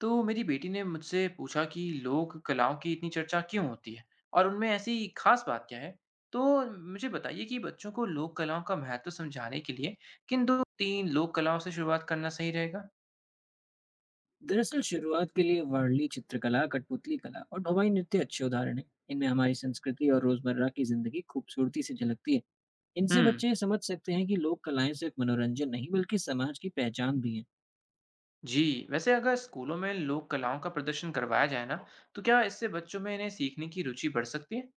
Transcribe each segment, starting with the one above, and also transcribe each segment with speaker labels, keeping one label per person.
Speaker 1: तो मेरी बेटी ने मुझसे पूछा कि लोक कलाओं की इतनी चर्चा क्यों होती है और उनमें ऐसी खास बात क्या है। तो मुझे बताइए कि बच्चों को लोक कलाओं का महत्व समझाने के लिए किन दो तीन लोक कलाओं से शुरुआत करना सही रहेगा।
Speaker 2: दरअसल शुरुआत के लिए वार्ली चित्रकला, कठपुतली कला और भवाई नृत्य अच्छे उदाहरण हैं। इनमें हमारी
Speaker 1: अच्छा।
Speaker 2: संस्कृति और रोजमर्रा की जिंदगी खूबसूरती से झलकती है। इनसे
Speaker 1: हम्म।
Speaker 2: बच्चे समझ सकते हैं कि लोक कलाएं सिर्फ मनोरंजन नहीं बल्कि समाज की पहचान भी हैं।
Speaker 1: जी वैसे अगर स्कूलों में लोक कलाओं का प्रदर्शन करवाया जाए ना तो क्या इससे बच्चों में इन्हें सीखने की रुचि बढ़ सकती है।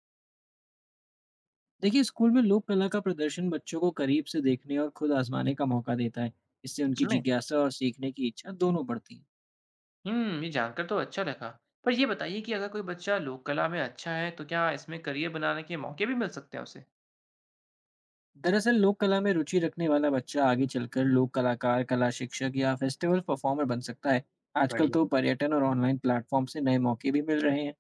Speaker 2: देखिए, स्कूल में लोक कला का प्रदर्शन बच्चों को करीब से देखने और खुद आजमाने का मौका देता है। इससे
Speaker 1: सच
Speaker 2: उनकी
Speaker 1: में।
Speaker 2: जिज्ञासा और सीखने की इच्छा दोनों बढ़ती है।
Speaker 1: हम्म, ये जानकर तो अच्छा लगा। पर ये बताइए कि अगर कोई बच्चा लोक कला में अच्छा है तो क्या इसमें करियर बनाने के मौके भी मिल सकते हैं उसे।
Speaker 2: दरअसल लोक कला में रुचि रखने वाला बच्चा आगे चलकर लोक कलाकार, कला शिक्षक या फेस्टिवल परफॉर्मर बन सकता है। आजकल
Speaker 1: बढ़िया।
Speaker 2: तो पर्यटन और ऑनलाइन प्लेटफॉर्म से नए मौके भी मिल रहे हैं।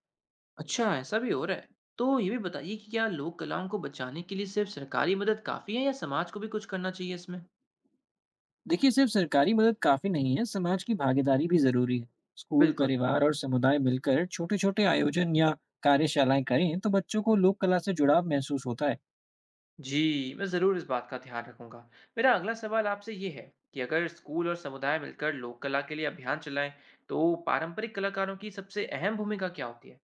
Speaker 1: अच्छा, ऐसा भी हो रहा है। तो ये भी बताइए कि क्या लोक कलाओं को बचाने के लिए सिर्फ सरकारी मदद काफी है या समाज को भी कुछ करना चाहिए इसमें।
Speaker 2: देखिए, सिर्फ सरकारी मदद काफ़ी नहीं है, समाज की भागीदारी भी ज़रूरी है। स्कूल,
Speaker 1: बिल्कुल।
Speaker 2: परिवार और समुदाय मिलकर छोटे-छोटे आयोजन या कार्यशालाएं करें तो बच्चों को लोक कला से जुड़ाव महसूस होता है।
Speaker 1: जी मैं ज़रूर इस बात का ध्यान रखूंगा। मेरा अगला सवाल आपसे ये है कि अगर स्कूल और समुदाय मिलकर लोक कला के लिए अभियान चलाएं तो पारंपरिक कलाकारों की सबसे अहम भूमिका क्या होती है।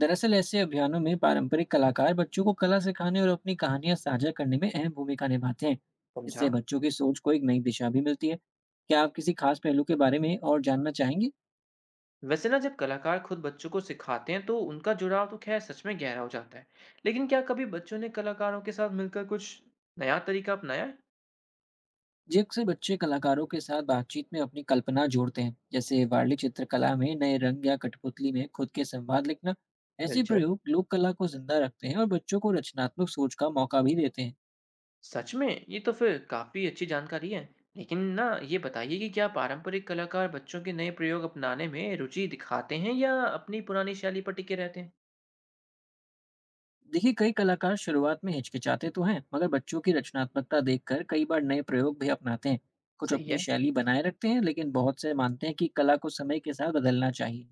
Speaker 2: दरअसल ऐसे अभियानों में पारंपरिक कलाकार बच्चों को कला सिखाने और अपनी कहानियां साझा करने में अहम भूमिका निभाते हैं। इससे
Speaker 1: समझा।
Speaker 2: बच्चों की सोच को एक नई दिशा भी मिलती है। क्या आप किसी खास पहलू के बारे में और जानना चाहेंगे?
Speaker 1: वैसे ना, जब कलाकार खुद बच्चों को सिखाते हैं तो उनका जुड़ाव तो खैर सच में गहरा हो जाता है। लेकिन क्या कभी बच्चों ने कलाकारों के साथ मिलकर कुछ नया तरीका अपनाया है।
Speaker 2: जिससे बच्चे कलाकारों के साथ बातचीत में अपनी कल्पना जोड़ते हैं, जैसे वार्ली चित्रकला में नए रंग या कठपुतली में खुद के संवाद लिखना। ऐसे
Speaker 1: दिलचस्प।
Speaker 2: प्रयोग लोक कला को जिंदा रखते हैं और बच्चों को रचनात्मक सोच का मौका भी देते हैं।
Speaker 1: सच में ये तो फिर काफी अच्छी जानकारी है। लेकिन ना, ये बताइए कि क्या पारंपरिक कलाकार बच्चों के नए प्रयोग अपनाने में रुचि दिखाते हैं या अपनी पुरानी शैली पर टिके रहते हैं।
Speaker 2: देखिए, कई कलाकार शुरुआत में हिचकिचाते तो हैं, मगर बच्चों की रचनात्मकता देखकर कई बार नए प्रयोग भी अपनाते हैं। कुछ
Speaker 1: सही है।
Speaker 2: अपनी शैली बनाए रखते हैं, लेकिन बहुत से मानते हैं कि कला को समय के साथ बदलना चाहिए।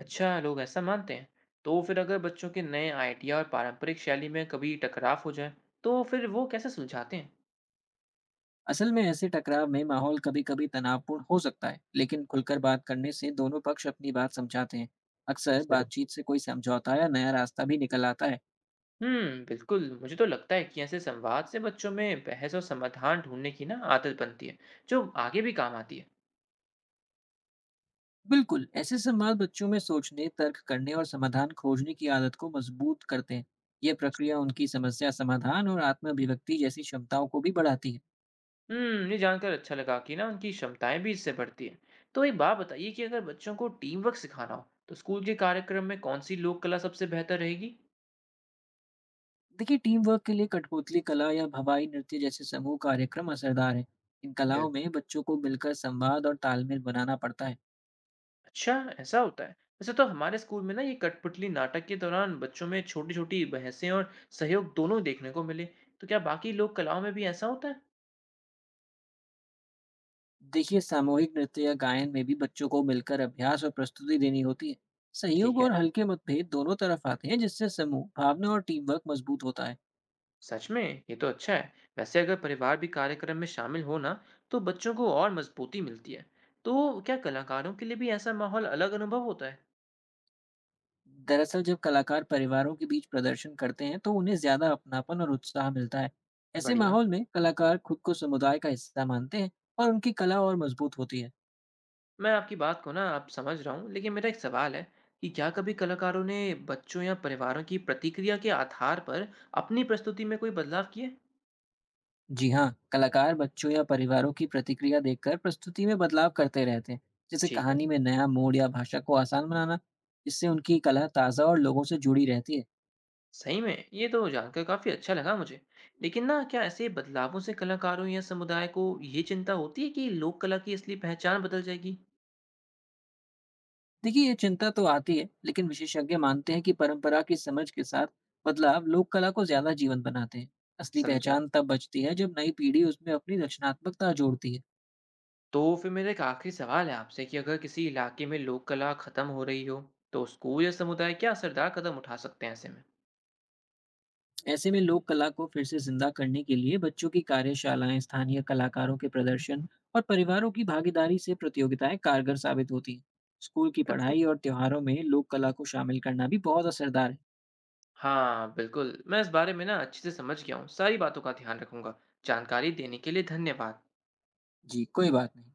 Speaker 1: अच्छा, लोग ऐसा मानते हैं। तो फिर अगर बच्चों के नए आइडिया और पारंपरिक शैली में कभी टकराव हो जाए तो फिर वो कैसे सुलझाते हैं।
Speaker 2: असल में ऐसे टकराव में माहौल कभी कभी तनावपूर्ण हो सकता है, लेकिन खुलकर बात करने से दोनों पक्ष अपनी बात समझाते हैं। अक्सर
Speaker 1: जरूर।
Speaker 2: बातचीत से कोई समझौता या नया रास्ता भी निकल आता है।
Speaker 1: हम्म, बिल्कुल। मुझे तो लगता है कि ऐसे संवाद से बच्चों में बहस और समाधान ढूंढने की ना आदत बनती है, जो आगे भी काम आती
Speaker 2: बिल्कुल, ऐसे सवाल बच्चों में सोचने, तर्क करने और समाधान खोजने की आदत को मजबूत करते हैं। यह
Speaker 1: है।
Speaker 2: प्रक्रिया उनकी समस्या समाधान और आत्म अभिव्यक्ति जैसी क्षमताओं को भी बढ़ाती है।
Speaker 1: हम्म, ये जानकर अच्छा लगा कि ना उनकी क्षमताएं भी इससे बढ़ती हैं। तो एक बात बताइए कि अगर बच्चों को टीम वर्क सिखाना हो तो स्कूल के कार्यक्रम में कौन सी लोक कला सबसे बेहतर रहेगी।
Speaker 2: देखिए, टीम वर्क के लिए कठपुतली कला या हवाई नृत्य जैसे समूह कार्यक्रम असरदार है। इन कलाओं
Speaker 1: बिल्कुल।
Speaker 2: में बच्चों को मिलकर संवाद और तालमेल बनाना पड़ता है।
Speaker 1: अच्छा, ऐसा होता है। वैसे तो हमारे स्कूल में ना ये कठपुतली नाटक के दौरान बच्चों में छोटी छोटी बहसें और सहयोग दोनों देखने को मिले। तो क्या बाकी लोक कलाओं में भी ऐसा होता है।
Speaker 2: देखिए, सामूहिक नृत्य या गायन में भी बच्चों को मिलकर अभ्यास और प्रस्तुति देनी होती है। सहयोग
Speaker 1: ठीक है।
Speaker 2: और हल्के मतभेद दोनों तरफ आते हैं, जिससे समूह भावना और टीम वर्क मजबूत होता है।
Speaker 1: सच में, ये तो अच्छा है। वैसे अगर परिवार भी कार्यक्रम में शामिल हो ना तो बच्चों को और मजबूती मिलती है। तो क्या कलाकारों के लिए भी ऐसा माहौल अलग अनुभव होता है।
Speaker 2: दरअसल जब कलाकार परिवारों के बीच प्रदर्शन करते हैं तो उन्हें ज्यादा अपनापन और उत्साह मिलता है। ऐसे
Speaker 1: बढ़िया।
Speaker 2: माहौल में कलाकार खुद को समुदाय का हिस्सा मानते हैं और उनकी कला और मजबूत होती है।
Speaker 1: मैं आपकी बात को ना आप समझ रहा हूँ, लेकिन मेरा एक सवाल है कि क्या कभी कलाकारों ने बच्चों या परिवारों की प्रतिक्रिया के आधार पर अपनी प्रस्तुति में कोई बदलाव किए।
Speaker 2: जी हाँ, कलाकार बच्चों या परिवारों की प्रतिक्रिया देखकर प्रस्तुति में बदलाव करते रहते हैं, जैसे
Speaker 1: ठीक
Speaker 2: कहानी
Speaker 1: है।
Speaker 2: में नया मोड़ या भाषा को आसान बनाना। इससे उनकी कला ताज़ा और लोगों से जुड़ी रहती है।
Speaker 1: सही में ये तो जानकर काफी अच्छा लगा मुझे। लेकिन ना, क्या ऐसे बदलावों से कलाकारों या समुदाय को ये चिंता होती है कि लोक कला की असली पहचान बदल जाएगी।
Speaker 2: देखिए, ये चिंता तो आती है, लेकिन विशेषज्ञ मानते हैं कि परंपरा की समझ के साथ बदलाव लोक कला को ज्यादा जीवंत बनाते हैं। असली
Speaker 1: समझा।
Speaker 2: पहचान तब बचती है जब नई पीढ़ी उसमें अपनी रचनात्मकता जोड़ती है।
Speaker 1: तो फिर मेरा एक आखिरी सवाल है आपसे कि अगर किसी इलाके में लोक कला खत्म हो रही हो तो स्कूल या समुदाय क्या असरदार कदम उठा सकते हैं ऐसे में।
Speaker 2: ऐसे में लोक कला को फिर से जिंदा करने के लिए बच्चों की कार्यशालाएं, स्थानीय कलाकारों के प्रदर्शन और परिवारों की भागीदारी से प्रतियोगिताएं कारगर साबित होती हैं। स्कूल की
Speaker 1: दस।
Speaker 2: पढ़ाई और त्योहारों में लोक कला को शामिल करना भी बहुत असरदार है।
Speaker 1: हाँ, बिल्कुल। मैं इस बारे में ना अच्छे से समझ गया हूँ। सारी बातों का ध्यान रखूँगा। जानकारी देने के लिए धन्यवाद।
Speaker 2: जी कोई बात नहीं।